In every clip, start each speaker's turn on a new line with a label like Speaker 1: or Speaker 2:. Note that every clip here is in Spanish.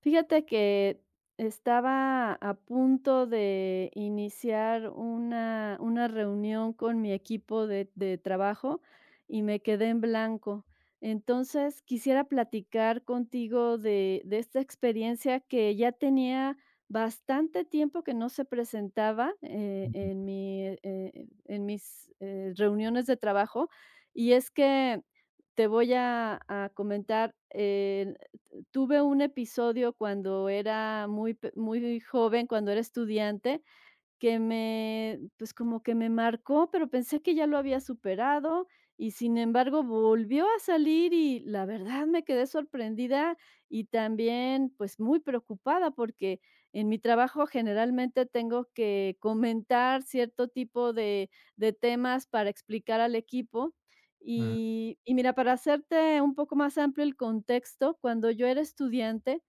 Speaker 1: Fíjate que estaba a punto de iniciar una reunión con mi equipo de trabajo y me quedé en blanco. Entonces, quisiera platicar contigo de esta experiencia que ya tenía bastante tiempo que no se presentaba,
Speaker 2: Mm,
Speaker 1: en mi, en mis, reuniones de trabajo, y es que te voy a comentar, tuve un episodio cuando era muy joven, cuando era estudiante, que me, pues, como que me marcó, pero pensé que ya lo había superado y sin embargo volvió a salir y la verdad me quedé sorprendida y también pues muy preocupada porque en mi trabajo generalmente tengo que comentar cierto tipo de temas para explicar al equipo.
Speaker 2: mm,
Speaker 1: Y mira, para hacerte un poco más amplio el contexto, cuando yo era estudiante,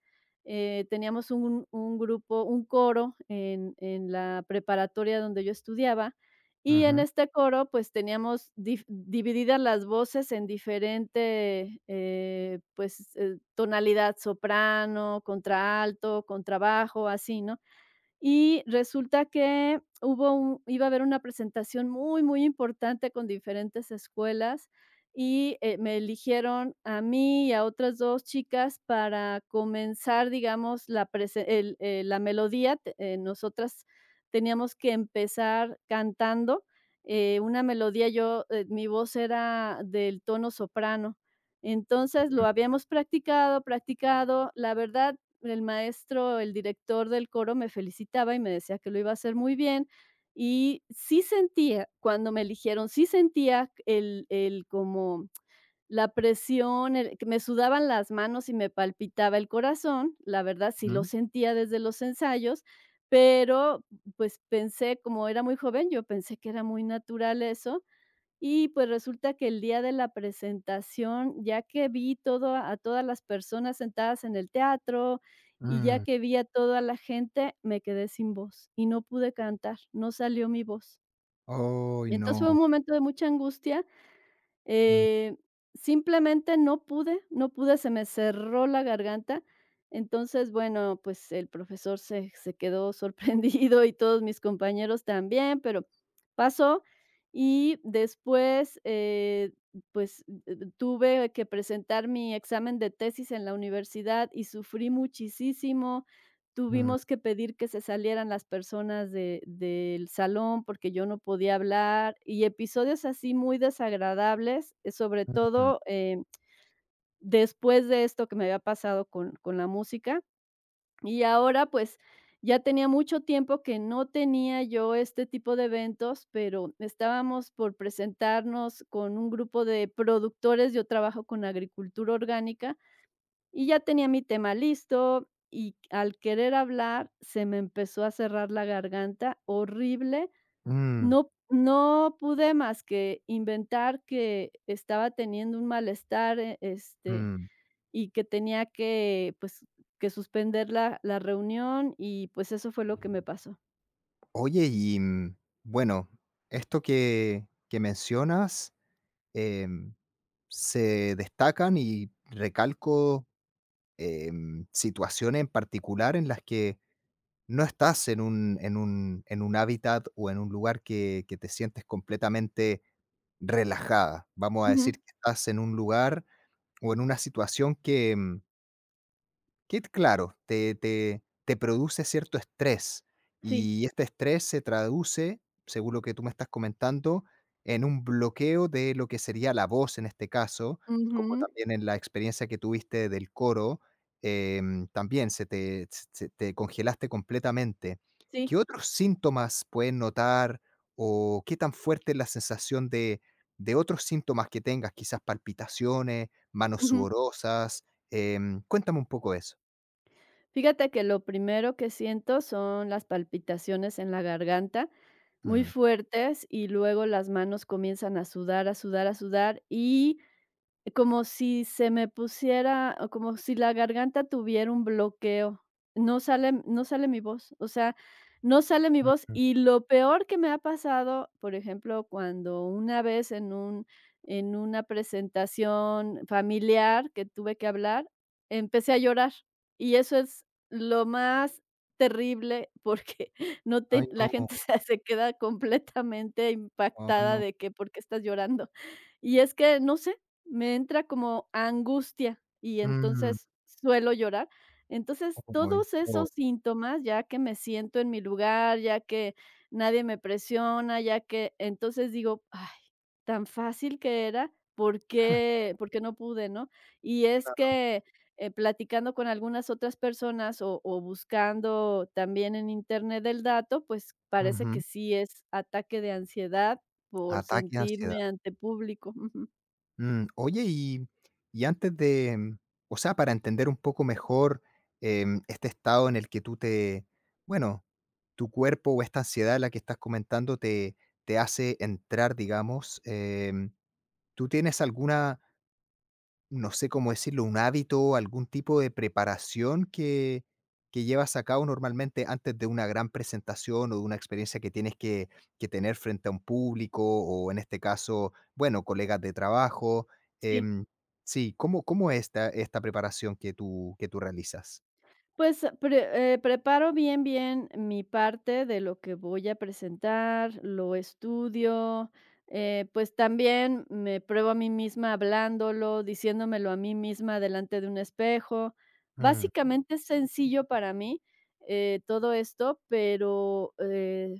Speaker 1: teníamos un grupo, un coro en la preparatoria donde yo estudiaba y en
Speaker 2: mhm,
Speaker 1: este coro pues teníamos divididas las voces en diferente tonalidad, soprano, contraalto, contrabajo, así, ¿no? Y resulta que hubo un iba a haber una presentación muy, muy importante con diferentes escuelas y, me eligieron a mí y a otras 2 chicas para comenzar, digamos, la melodía, te nosotras teníamos que empezar cantando, una melodía, yo, mi voz era del tono soprano. Entonces, lo habíamos practicado, practicado, la verdad el maestro, el director del coro me felicitaba y me decía que lo iba a hacer muy bien. Y sí sentía, cuando me eligieron, sí sentía el como la presión, el que me sudaban las manos y me palpitaba el corazón, la verdad sí lo
Speaker 2: mm,
Speaker 1: sentía desde los ensayos, pero, pues, pensé, como era muy joven, yo pensé que era muy natural eso, y, pues, resulta que el día de la presentación, ya que vi todo a todas las personas sentadas en el teatro, y ya
Speaker 2: mm.
Speaker 1: que vi a toda la gente, me quedé sin voz, y no pude cantar, no salió mi voz.
Speaker 2: Ay,
Speaker 1: Entonces, fue
Speaker 2: no.
Speaker 1: un momento de mucha angustia,
Speaker 2: Mm,
Speaker 1: eh, simplemente no pude, no pude, se me cerró la garganta. Entonces, bueno, pues el profesor se, se quedó sorprendido y todos mis compañeros también, pero pasó. Y después, tuve que presentar mi examen de tesis en la universidad y sufrí muchísimo.
Speaker 2: mm,
Speaker 1: Tuvimos que pedir que se salieran las personas de del salón, porque yo no podía hablar, y episodios así muy desagradables, sobre
Speaker 2: mm,
Speaker 1: todo, después de esto que me había pasado con la música. Y ahora, pues, ya tenía mucho tiempo que no tenía yo este tipo de eventos, pero estábamos por presentarnos con un grupo de productores, yo trabajo con agricultura orgánica, y ya tenía mi tema listo, y al querer hablar, se me empezó a cerrar la garganta horrible.
Speaker 2: mm,
Speaker 1: No pude más que inventar que estaba teniendo un malestar,
Speaker 2: mm.
Speaker 1: y que tenía que, pues, que suspender la reunión, y, pues, eso fue lo que me pasó.
Speaker 2: Oye, y, bueno, esto que mencionas, em, se destacan y recalco, situaciones en particular en las que no estás en un en un hábitat o en un lugar que te sientes completamente relajada. Vamos a
Speaker 1: Ujú,
Speaker 2: decir que estás en un lugar o en una situación que claro, te produce cierto estrés,
Speaker 1: sí.
Speaker 2: y este estrés se traduce, según lo que tú me estás comentando, en un bloqueo de lo que sería la voz en este caso, como
Speaker 1: Ujú.
Speaker 2: también en la experiencia que tuviste del coro, también se te congelaste completamente.
Speaker 1: Sí.
Speaker 2: ¿Qué otros síntomas puedes notar, o qué tan fuerte es la sensación de otros síntomas que tengas, quizás palpitaciones, manos
Speaker 1: Ujú.
Speaker 2: sudorosas? Cuéntame un poco eso.
Speaker 1: Fíjate que lo primero que siento son las palpitaciones en la garganta, muy
Speaker 2: Mm,
Speaker 1: fuertes, y luego las manos comienzan a sudar, a sudar, a sudar, y como si se me pusiera o como si la garganta tuviera un bloqueo. No sale mi voz, o sea, no sale mi voz,
Speaker 2: mm.
Speaker 1: y lo peor que me ha pasado, por ejemplo, cuando una vez en una presentación familiar que tuve que hablar, empecé a llorar, y eso es lo más terrible, porque no
Speaker 2: Ay,
Speaker 1: te la
Speaker 2: no,
Speaker 1: gente, o se queda completamente
Speaker 2: ah,
Speaker 1: impactada
Speaker 2: no.
Speaker 1: de que, ¿por qué estás llorando? Y es que, no sé, me entra como angustia y
Speaker 2: Mm,
Speaker 1: entonces suelo llorar. Entonces,
Speaker 2: uy,
Speaker 1: todos
Speaker 2: uy.
Speaker 1: esos síntomas, ya que me siento en mi lugar, ya que nadie me presiona, ya que entonces digo: "Ay, tan fácil que era, ¿por qué por qué no pude?", ¿no? Y es
Speaker 2: Claro.
Speaker 1: que, platicando con algunas otras personas o buscando también en Internet el dato, pues parece
Speaker 2: Ujú.
Speaker 1: que sí es ataque de ansiedad por
Speaker 2: Ataque de ansiedad.
Speaker 1: sentirme ante público. Ujú.
Speaker 2: Oye, y antes de o sea, para entender un poco mejor, este estado en el que tú te bueno, tu cuerpo o esta ansiedad de la que estás comentando te hace entrar, digamos, ¿tú tienes alguna no sé cómo decirlo, un hábito, algún tipo de preparación que llevas a cabo normalmente antes de una gran presentación o de una experiencia que tienes que tener frente a un público o, en este caso, bueno, colegas de trabajo,
Speaker 1: Sí.
Speaker 2: em, sí, ¿cómo es esta preparación que tú realizas?
Speaker 1: Pues, preparo bien, bien mi parte de lo que voy a presentar, lo estudio, pues, también me pruebo a mí misma hablándolo, diciéndomelo a mí misma delante de un espejo. Mm.
Speaker 2: Mm,
Speaker 1: Básicamente es sencillo para mí, todo esto,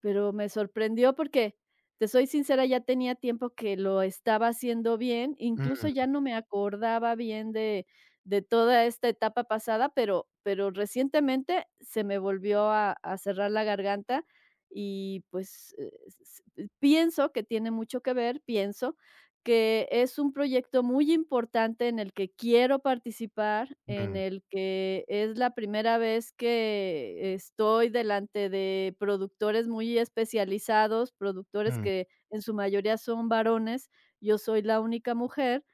Speaker 1: pero me sorprendió porque, te soy sincera, ya tenía tiempo que lo estaba haciendo bien, incluso
Speaker 2: mm,
Speaker 1: ya no me acordaba bien de toda esta etapa pasada, pero recientemente se me volvió a cerrar la garganta y, pues, s s pienso que tiene mucho que ver, pienso que es un proyecto muy importante en el que quiero participar, en
Speaker 2: mm,
Speaker 1: el que es la primera vez que estoy delante de productores muy especializados, productores
Speaker 2: mm,
Speaker 1: que en su mayoría son varones, yo soy la única mujer,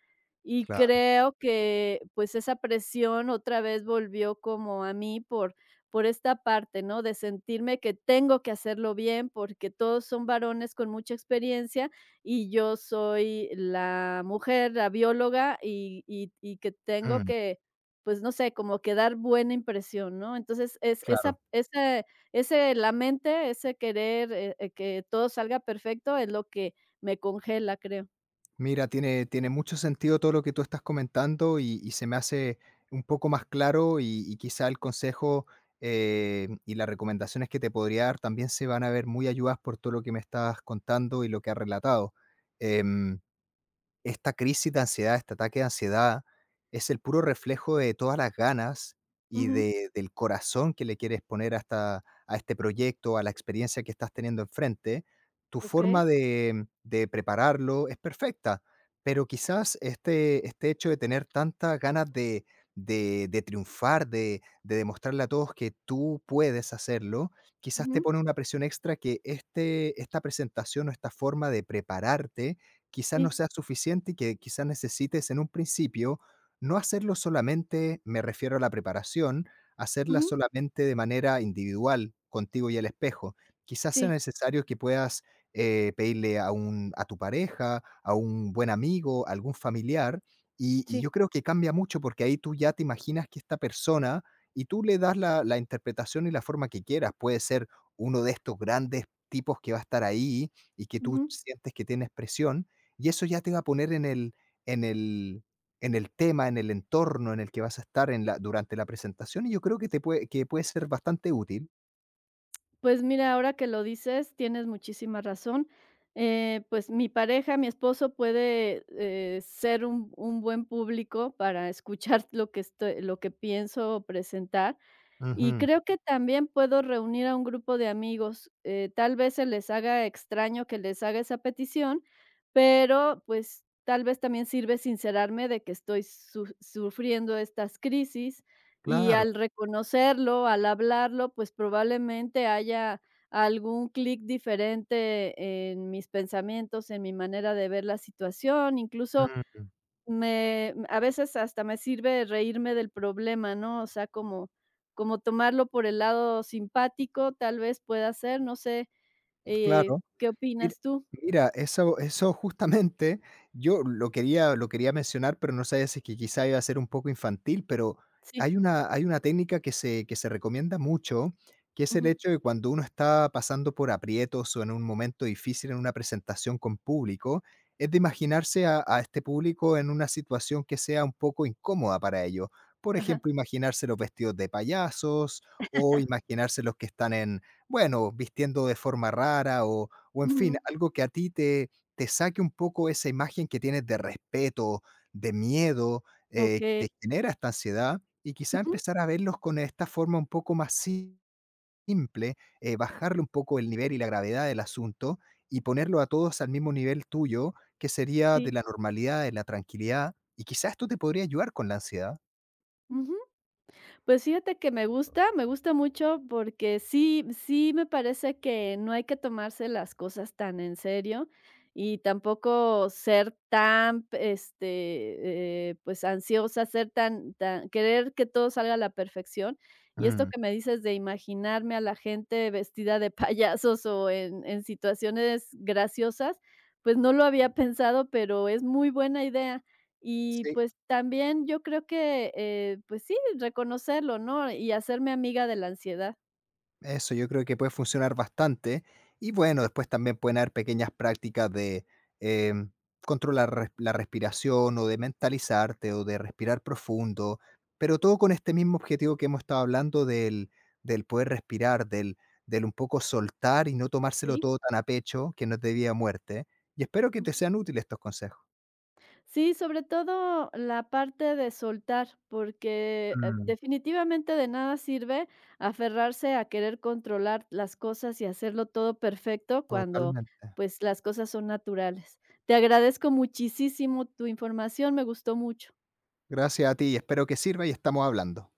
Speaker 1: y
Speaker 2: claro,
Speaker 1: creo que, pues, esa presión otra vez volvió como a mí por esta parte, ¿no? De sentirme que tengo que hacerlo bien, porque todos son varones con mucha experiencia y yo soy la mujer, la bióloga, y que tengo
Speaker 2: mm.
Speaker 1: que, pues, no sé, como que dar buena impresión, ¿no? Entonces, es
Speaker 2: claro.
Speaker 1: esa ese ese la mente, ese querer, que todo salga perfecto es lo que me congela, creo.
Speaker 2: Mira, tiene mucho sentido todo lo que tú estás comentando y se me hace un poco más claro y quizá el consejo y las recomendaciones que te podría dar también se van a ver muy ayudas por todo lo que me estás contando y lo que has relatado. Em, Esta crisis de ansiedad, este ataque de ansiedad, es el puro reflejo de todas las ganas y
Speaker 1: Ujú.
Speaker 2: de del corazón que le quieres poner a este proyecto, a la experiencia que estás teniendo enfrente. Tu forma
Speaker 1: Okey.
Speaker 2: de prepararlo es perfecta, pero quizás este hecho de tener tantas ganas de triunfar, de demostrarle a todos que tú puedes hacerlo, quizás te
Speaker 1: Ujú.
Speaker 2: pone una presión extra que esta presentación o esta forma de prepararte quizás no
Speaker 1: Sí,
Speaker 2: sea suficiente y que quizás necesites en un principio no hacerlo solamente, me refiero a la preparación, hacerla
Speaker 1: ujú,
Speaker 2: solamente de manera individual contigo y el espejo. Quizás sea
Speaker 1: sí,
Speaker 2: necesario que puedas pedirle a tu pareja, a un buen amigo, a algún familiar, y
Speaker 1: sí,
Speaker 2: yo creo que cambia mucho porque ahí tú ya te imaginas que esta persona y tú le das la interpretación y la forma que quieras. Puede ser uno de estos grandes tipos que va a estar ahí y que tú
Speaker 1: ujú.
Speaker 2: sientes que tienes presión, y eso ya te va a poner en el en el en el tema, en el entorno en el que vas a estar en la durante la presentación, y yo creo que te puede que puede ser bastante útil.
Speaker 1: Pues mira, ahora que lo dices, tienes muchísima razón. Pues mi pareja, mi esposo puede, ser un buen público para escuchar lo que pienso presentar. Y
Speaker 2: Ujú.
Speaker 1: creo que también puedo reunir a un grupo de amigos. Tal vez se les haga extraño que les haga esa petición, pero pues tal vez también sirve sincerarme de que estoy sufriendo estas crisis y
Speaker 2: Claro.
Speaker 1: al reconocerlo, al hablarlo, pues probablemente haya algún clic diferente en mis pensamientos, en mi manera de ver la situación, incluso
Speaker 2: Mm.
Speaker 1: me a veces hasta me sirve reírme del problema, ¿no? O sea, como tomarlo por el lado simpático, tal vez pueda ser, no sé,
Speaker 2: Claro.
Speaker 1: ¿qué
Speaker 2: Mira
Speaker 1: opinas tú?
Speaker 2: Mira, eso justamente yo lo quería mencionar, pero no sabía si es que quizá iba a ser un poco infantil, pero
Speaker 1: Sí,
Speaker 2: hay una técnica que se recomienda mucho, que es el
Speaker 1: ujú,
Speaker 2: hecho de cuando uno está pasando por aprietos o en un momento difícil en una presentación con público, es de imaginarse a este público en una situación que sea un poco incómoda para ellos. Por
Speaker 1: ajá,
Speaker 2: ejemplo, imaginarse los vestidos de payasos o imaginarse los que están en, bueno, vistiendo de forma rara o en fin,
Speaker 1: ujú,
Speaker 2: algo que a ti te saque un poco esa imagen que tienes de respeto, de miedo, que
Speaker 1: okey,
Speaker 2: te genera esta ansiedad, y quizá
Speaker 1: ujú,
Speaker 2: empezar a verlos con esta forma un poco más simple, bajarle un poco el nivel y la gravedad del asunto y ponerlo a todos al mismo nivel tuyo, que sería
Speaker 1: sí,
Speaker 2: de la normalidad, de la tranquilidad, y quizás esto te podría ayudar con la ansiedad.
Speaker 1: ujú. Pues fíjate que me gusta mucho porque sí, sí me parece que no hay que tomarse las cosas tan en serio y tampoco ser tan, pues ansiosa, ser tan, tan, querer que todo salga a la perfección. Y esto
Speaker 2: Mm.
Speaker 1: que me dices de imaginarme a la gente vestida de payasos o en situaciones graciosas, pues no lo había pensado, pero es muy buena idea. Y,
Speaker 2: Sí.
Speaker 1: pues, también yo creo que, pues sí, reconocerlo, ¿no? Y hacerme amiga de la ansiedad.
Speaker 2: Eso yo creo que puede funcionar bastante. Y bueno, después también pueden haber pequeñas prácticas de em, controlar la respiración o de mentalizarte o de respirar profundo, pero todo con este mismo objetivo que hemos estado hablando del poder respirar, del un poco soltar y no tomárselo
Speaker 1: Sí.
Speaker 2: todo tan a pecho, que no es debida a muerte. Y espero que te
Speaker 1: Ujú.
Speaker 2: sean útiles estos consejos.
Speaker 1: Sí, sobre todo la parte de soltar, porque,
Speaker 2: Mm.
Speaker 1: definitivamente de nada sirve aferrarse a querer controlar las cosas y hacerlo todo perfecto cuando,
Speaker 2: Totalmente.
Speaker 1: pues, las cosas son naturales. Te agradezco muchísimo tu información, me gustó mucho.
Speaker 2: Gracias a ti y espero que sirva y estamos hablando.